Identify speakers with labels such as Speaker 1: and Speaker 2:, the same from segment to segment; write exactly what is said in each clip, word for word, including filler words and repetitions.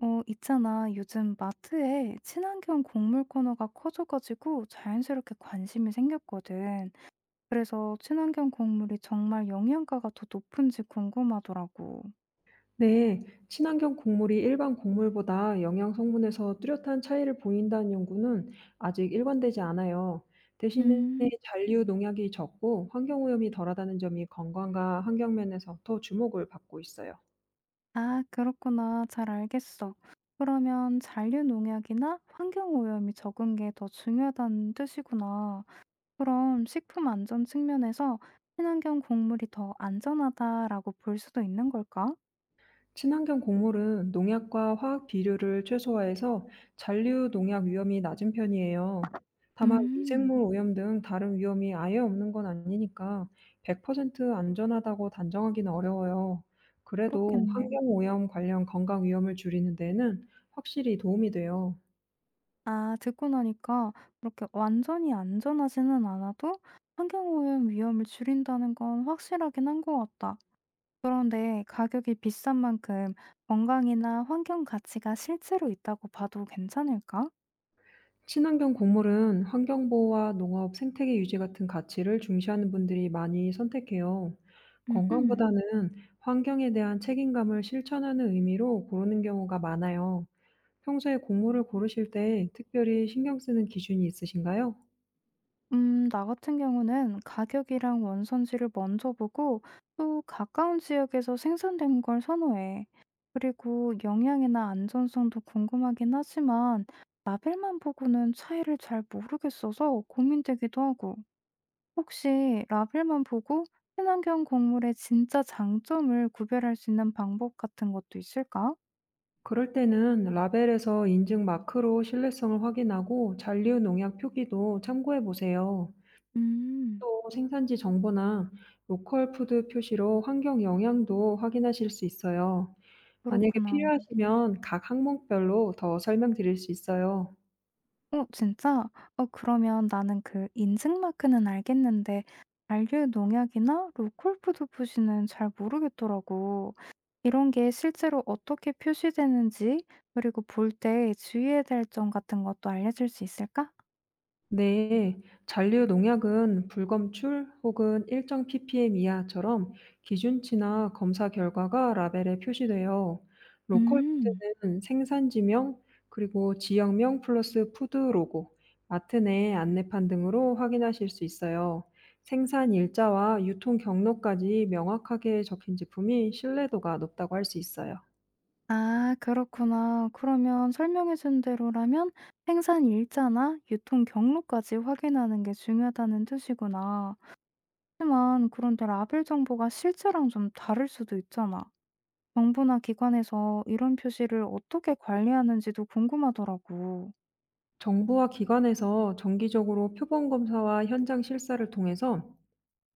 Speaker 1: 어, 있잖아. 요즘 마트에 친환경 곡물 코너가 커져가지고 자연스럽게 관심이 생겼거든. 그래서 친환경 곡물이 정말 영양가가 더 높은지 궁금하더라고.
Speaker 2: 네, 친환경 곡물이 일반 곡물보다 영양 성분에서 뚜렷한 차이를 보인다는 연구는 아직 일관되지 않아요. 대신에
Speaker 1: 음.
Speaker 2: 잔류 농약이 적고 환경 오염이 덜하다는 점이 건강과 환경 면에서 더 주목을 받고 있어요.
Speaker 1: 아, 그렇구나. 잘 알겠어. 그러면 잔류 농약이나 환경 오염이 적은 게 더 중요하다는 뜻이구나. 그럼 식품 안전 측면에서 친환경 곡물이 더 안전하다라고 볼 수도 있는 걸까?
Speaker 2: 친환경 곡물은 농약과 화학 비료를 최소화해서 잔류 농약 위험이 낮은 편이에요. 다만
Speaker 1: 음.
Speaker 2: 미생물 오염 등 다른 위험이 아예 없는 건 아니니까 백 퍼센트 안전하다고 단정하기는 어려워요. 그래도
Speaker 1: 그렇겠네.
Speaker 2: 환경 오염 관련 건강 위험을 줄이는 데는 확실히 도움이 돼요.
Speaker 1: 아, 듣고 나니까 그렇게 완전히 안전하지는 않아도 환경오염 위험을 줄인다는 건 확실하긴 한 것 같다. 그런데 가격이 비싼 만큼 건강이나 환경 가치가 실제로 있다고 봐도 괜찮을까?
Speaker 2: 친환경 곡물은 환경보호와 농업, 생태계 유지 같은 가치를 중시하는 분들이 많이 선택해요.
Speaker 1: 음흠.
Speaker 2: 건강보다는 환경에 대한 책임감을 실천하는 의미로 고르는 경우가 많아요. 평소에 곡물을 고르실 때 특별히 신경 쓰는 기준이 있으신가요?
Speaker 1: 음, 나 같은 경우는 가격이랑 원산지를 먼저 보고 또 가까운 지역에서 생산된 걸 선호해. 그리고 영양이나 안전성도 궁금하긴 하지만 라벨만 보고는 차이를 잘 모르겠어서 고민되기도 하고. 혹시 라벨만 보고 친환경 곡물의 진짜 장점을 구별할 수 있는 방법 같은 것도 있을까?
Speaker 2: 그럴 때는 라벨에서 인증 마크로 신뢰성을 확인하고 잔류 농약 표기도 참고해 보세요.
Speaker 1: 음.
Speaker 2: 또 생산지 정보나 로컬 푸드 표시로 환경 영향도 확인하실 수 있어요. 만약에
Speaker 1: 그렇구나.
Speaker 2: 필요하시면 각 항목별로 더 설명드릴 수 있어요.
Speaker 1: 어, 진짜? 어, 그러면 나는 그 인증 마크는 알겠는데 잔류 농약이나 로컬푸드 푸시는 잘 모르겠더라고. 이런 게 실제로 어떻게 표시되는지 그리고 볼 때 주의해야 될 점 같은 것도 알려줄 수 있을까?
Speaker 2: 네, 잔류 농약은 불검출 혹은 일정 피피엠 이하처럼 기준치나 검사 결과가 라벨에 표시돼요. 로컬
Speaker 1: 음.
Speaker 2: 푸드는 생산지명 그리고 지역명 플러스 푸드 로고, 마트 내 안내판 등으로 확인하실 수 있어요. 생산 일자와 유통 경로까지 명확하게 적힌 제품이 신뢰도가 높다고 할 수 있어요.
Speaker 1: 아, 그렇구나. 그러면 설명해준 대로라면 생산 일자나 유통 경로까지 확인하는 게 중요하다는 뜻이구나. 하지만 그런데 라벨 정보가 실제랑 좀 다를 수도 있잖아. 정부나 기관에서 이런 표시를 어떻게 관리하는지도 궁금하더라고.
Speaker 2: 정부와 기관에서 정기적으로 표본 검사와 현장 실사를 통해서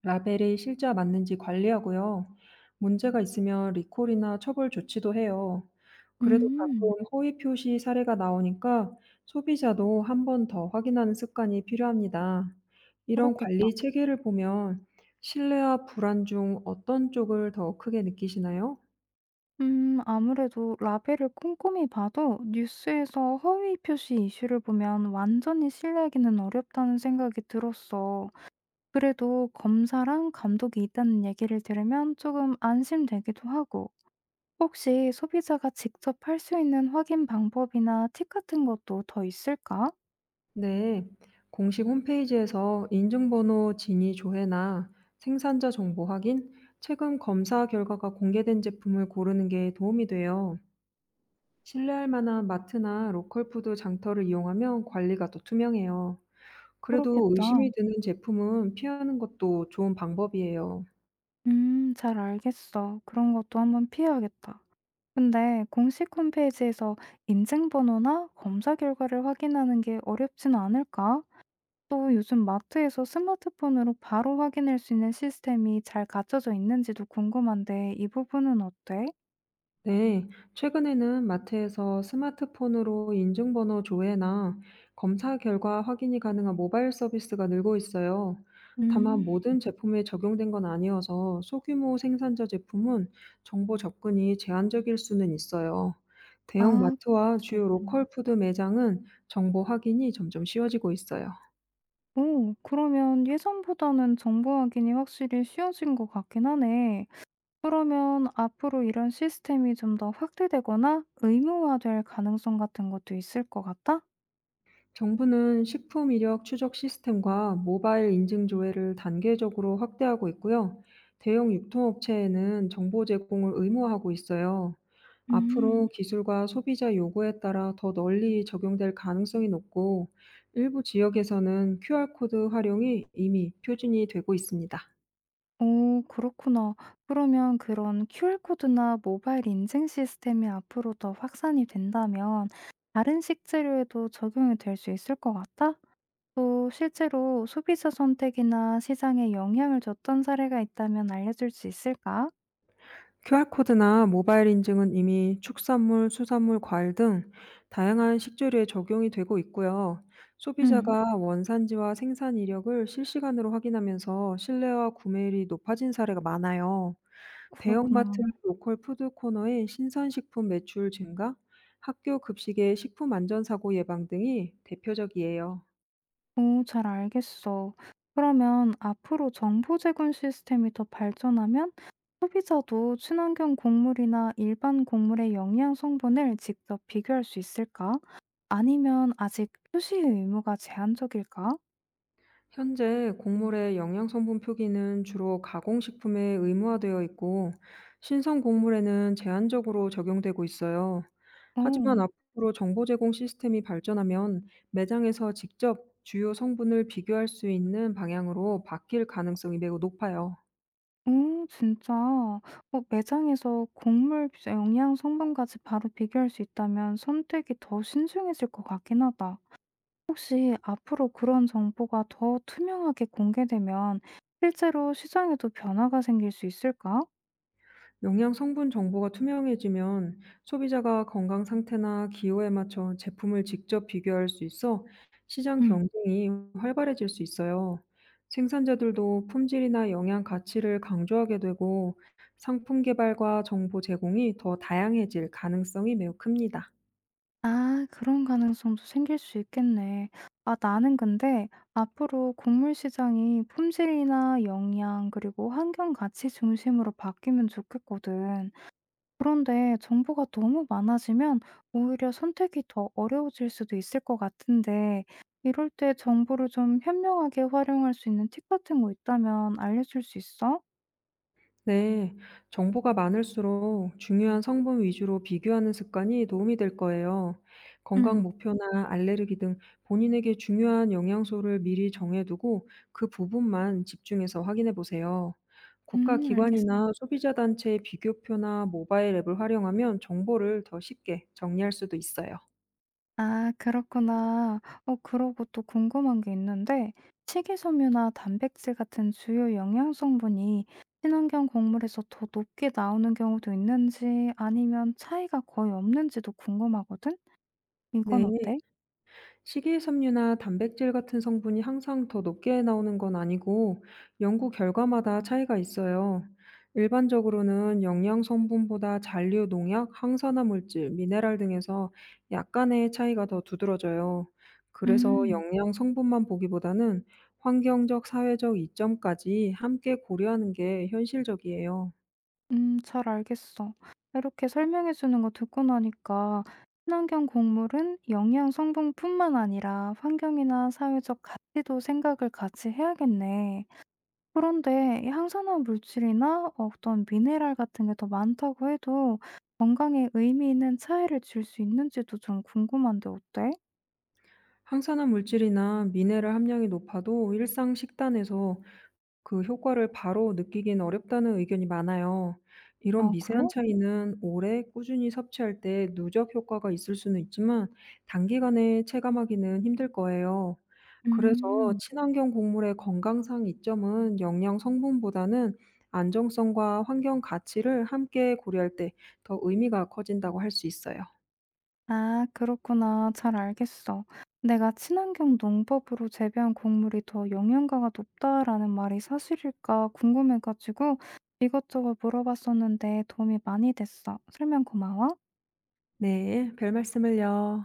Speaker 2: 라벨이 실제와 맞는지 관리하고요. 문제가 있으면 리콜이나 처벌 조치도 해요. 그래도 가끔
Speaker 1: 음.
Speaker 2: 허위 표시 사례가 나오니까 소비자도 한 번 더 확인하는 습관이 필요합니다. 이런
Speaker 1: 그렇겠다.
Speaker 2: 관리 체계를 보면 신뢰와 불안 중 어떤 쪽을 더 크게 느끼시나요?
Speaker 1: 음, 아무래도 라벨을 꼼꼼히 봐도 뉴스에서 허위 표시 이슈를 보면 완전히 신뢰하기는 어렵다는 생각이 들었어. 그래도 검사랑 감독이 있다는 얘기를 들으면 조금 안심되기도 하고. 혹시 소비자가 직접 할 수 있는 확인 방법이나 팁 같은 것도 더 있을까?
Speaker 2: 네, 공식 홈페이지에서 인증번호 진위 조회나 생산자 정보 확인, 최근 검사 결과가 공개된 제품을 고르는 게 도움이 돼요. 신뢰할 만한 마트나 로컬푸드 장터를 이용하면 관리가 더 투명해요. 그래도
Speaker 1: 그렇겠다.
Speaker 2: 의심이 드는 제품은 피하는 것도 좋은 방법이에요.
Speaker 1: 음, 잘 알겠어. 그런 것도 한번 피해야겠다. 근데 공식 홈페이지에서 인증번호나 검사 결과를 확인하는 게 어렵진 않을까? 또 요즘 마트에서 스마트폰으로 바로 확인할 수 있는 시스템이 잘 갖춰져 있는지도 궁금한데 이 부분은 어때?
Speaker 2: 네, 최근에는 마트에서 스마트폰으로 인증번호 조회나 검사 결과 확인이 가능한 모바일 서비스가 늘고 있어요. 다만 음.
Speaker 1: 음.
Speaker 2: 모든 제품에 적용된 건 아니어서 소규모 생산자 제품은 정보 접근이 제한적일 수는 있어요. 대형
Speaker 1: 아, 그럴
Speaker 2: 마트와
Speaker 1: 수도
Speaker 2: 주요
Speaker 1: 있구나.
Speaker 2: 로컬 푸드 매장은 정보 확인이 점점 쉬워지고 있어요.
Speaker 1: 오, 그러면 예전보다는 정보 확인이 확실히 쉬워진 것 같긴 하네. 그러면 앞으로 이런 시스템이 좀 더 확대되거나 의무화될 가능성 같은 것도 있을 것 같아?
Speaker 2: 정부는 식품 이력 추적 시스템과 모바일 인증 조회를 단계적으로 확대하고 있고요. 대형 유통업체에는 정보 제공을 의무화하고 있어요. 앞으로
Speaker 1: 음.
Speaker 2: 기술과 소비자 요구에 따라 더 널리 적용될 가능성이 높고, 일부 지역에서는 큐알코드 활용이 이미 표준이 되고 있습니다.
Speaker 1: 오, 그렇구나. 그러면 그런 큐알코드나 모바일 인증 시스템이 앞으로 더 확산이 된다면 다른 식재료에도 적용이 될 수 있을 것 같아? 또 실제로 소비자 선택이나 시장에 영향을 줬던 사례가 있다면 알려줄 수 있을까?
Speaker 2: 큐알코드나 모바일 인증은 이미 축산물, 수산물, 과일 등 다양한 식재료에 적용이 되고 있고요.
Speaker 1: 음.
Speaker 2: 소비자가 원산지와 생산 이력을 실시간으로 확인하면서 신뢰와 구매율이 높아진 사례가 많아요.
Speaker 1: 그렇구나.
Speaker 2: 대형마트 로컬 푸드 코너의 신선식품 매출 증가, 학교 급식의 식품 안전사고 예방 등이 대표적이에요.
Speaker 1: 오, 잘 알겠어. 그러면 앞으로 정보 제공 시스템이 더 발전하면 소비자도 친환경 곡물이나 일반 곡물의 영양 성분을 직접 비교할 수 있을까? 아니면 아직 표시의 의무가 제한적일까?
Speaker 2: 현재 곡물의 영양 성분 표기는 주로 가공식품에 의무화되어 있고, 신선 곡물에는 제한적으로 적용되고 있어요.
Speaker 1: 어.
Speaker 2: 하지만 앞으로 정보 제공 시스템이 발전하면 매장에서 직접 주요 성분을 비교할 수 있는 방향으로 바뀔 가능성이 매우 높아요.
Speaker 1: 음, 진짜. 어, 매장에서 곡물 영양 성분까지 바로 비교할 수 있다면 선택이 더 신중해질 것 같긴 하다. 혹시 앞으로 그런 정보가 더 투명하게 공개되면 실제로 시장에도 변화가 생길 수 있을까?
Speaker 2: 영양 성분 정보가 투명해지면 소비자가 건강 상태나 기호에 맞춰 제품을 직접 비교할 수 있어 시장
Speaker 1: 음.
Speaker 2: 경쟁이 활발해질 수 있어요. 생산자들도 품질이나 영양 가치를 강조하게 되고 상품 개발과 정보 제공이 더 다양해질 가능성이 매우 큽니다.
Speaker 1: 아, 그런 가능성도 생길 수 있겠네. 아, 나는 근데 앞으로 곡물 시장이 품질이나 영양, 그리고 환경 가치 중심으로 바뀌면 좋겠거든. 그런데 정보가 너무 많아지면 오히려 선택이 더 어려워질 수도 있을 것 같은데, 이럴 때 정보를 좀 현명하게 활용할 수 있는 팁 같은 거 있다면 알려줄 수 있어?
Speaker 2: 네, 정보가 많을수록 중요한 성분 위주로 비교하는 습관이 도움이 될 거예요. 건강
Speaker 1: 응.
Speaker 2: 목표나 알레르기 등 본인에게 중요한 영양소를 미리 정해두고 그 부분만 집중해서 확인해 보세요. 음.
Speaker 1: 음, 알겠어.
Speaker 2: 국가기관이나 소비자단체의 비교표나 모바일 앱을 활용하면 정보를 더 쉽게 정리할 수도 있어요.
Speaker 1: 아, 그렇구나. 어, 그러고 또 궁금한 게 있는데, 식이섬유나 단백질 같은 주요 영양 성분이 친환경 곡물에서 더 높게 나오는 경우도 있는지 아니면 차이가 거의 없는지도 궁금하거든? 이건
Speaker 2: 네.
Speaker 1: 어때?
Speaker 2: 식이섬유나 단백질 같은 성분이 항상 더 높게 나오는 건 아니고 연구 결과마다 차이가 있어요. 일반적으로는 영양 성분보다 잔류 농약, 항산화 물질, 미네랄 등에서 약간의 차이가 더 두드러져요. 그래서
Speaker 1: 음.
Speaker 2: 영양 성분만 보기보다는 환경적, 사회적 이점까지 함께 고려하는 게 현실적이에요.
Speaker 1: 음, 잘 알겠어. 이렇게 설명해 주는 거 듣고 나니까 친환경 곡물은 영양 성분뿐만 아니라 환경이나 사회적 가치도 생각을 같이 해야겠네. 그런데 이 항산화 물질이나 어떤 미네랄 같은 게 더 많다고 해도 건강에 의미 있는 차이를 줄 수 있는지도 좀 궁금한데 어때?
Speaker 2: 항산화 물질이나 미네랄 함량이 높아도 일상 식단에서 그 효과를 바로 느끼긴 어렵다는 의견이 많아요. 이런
Speaker 1: 아, 그래?
Speaker 2: 미세한 차이는 오래 꾸준히 섭취할 때 누적 효과가 있을 수는 있지만 단기간에 체감하기는 힘들 거예요. 그래서
Speaker 1: 음.
Speaker 2: 친환경 곡물의 건강상 이점은 영양 성분보다는 안정성과 환경 가치를 함께 고려할 때 더 의미가 커진다고 할 수 있어요.
Speaker 1: 아, 그렇구나. 잘 알겠어. 내가 친환경 농법으로 재배한 곡물이 더 영양가가 높다라는 말이 사실일까 궁금해가지고 이것저것 물어봤었는데 도움이 많이 됐어. 설명 고마워.
Speaker 2: 네, 별 말씀을요.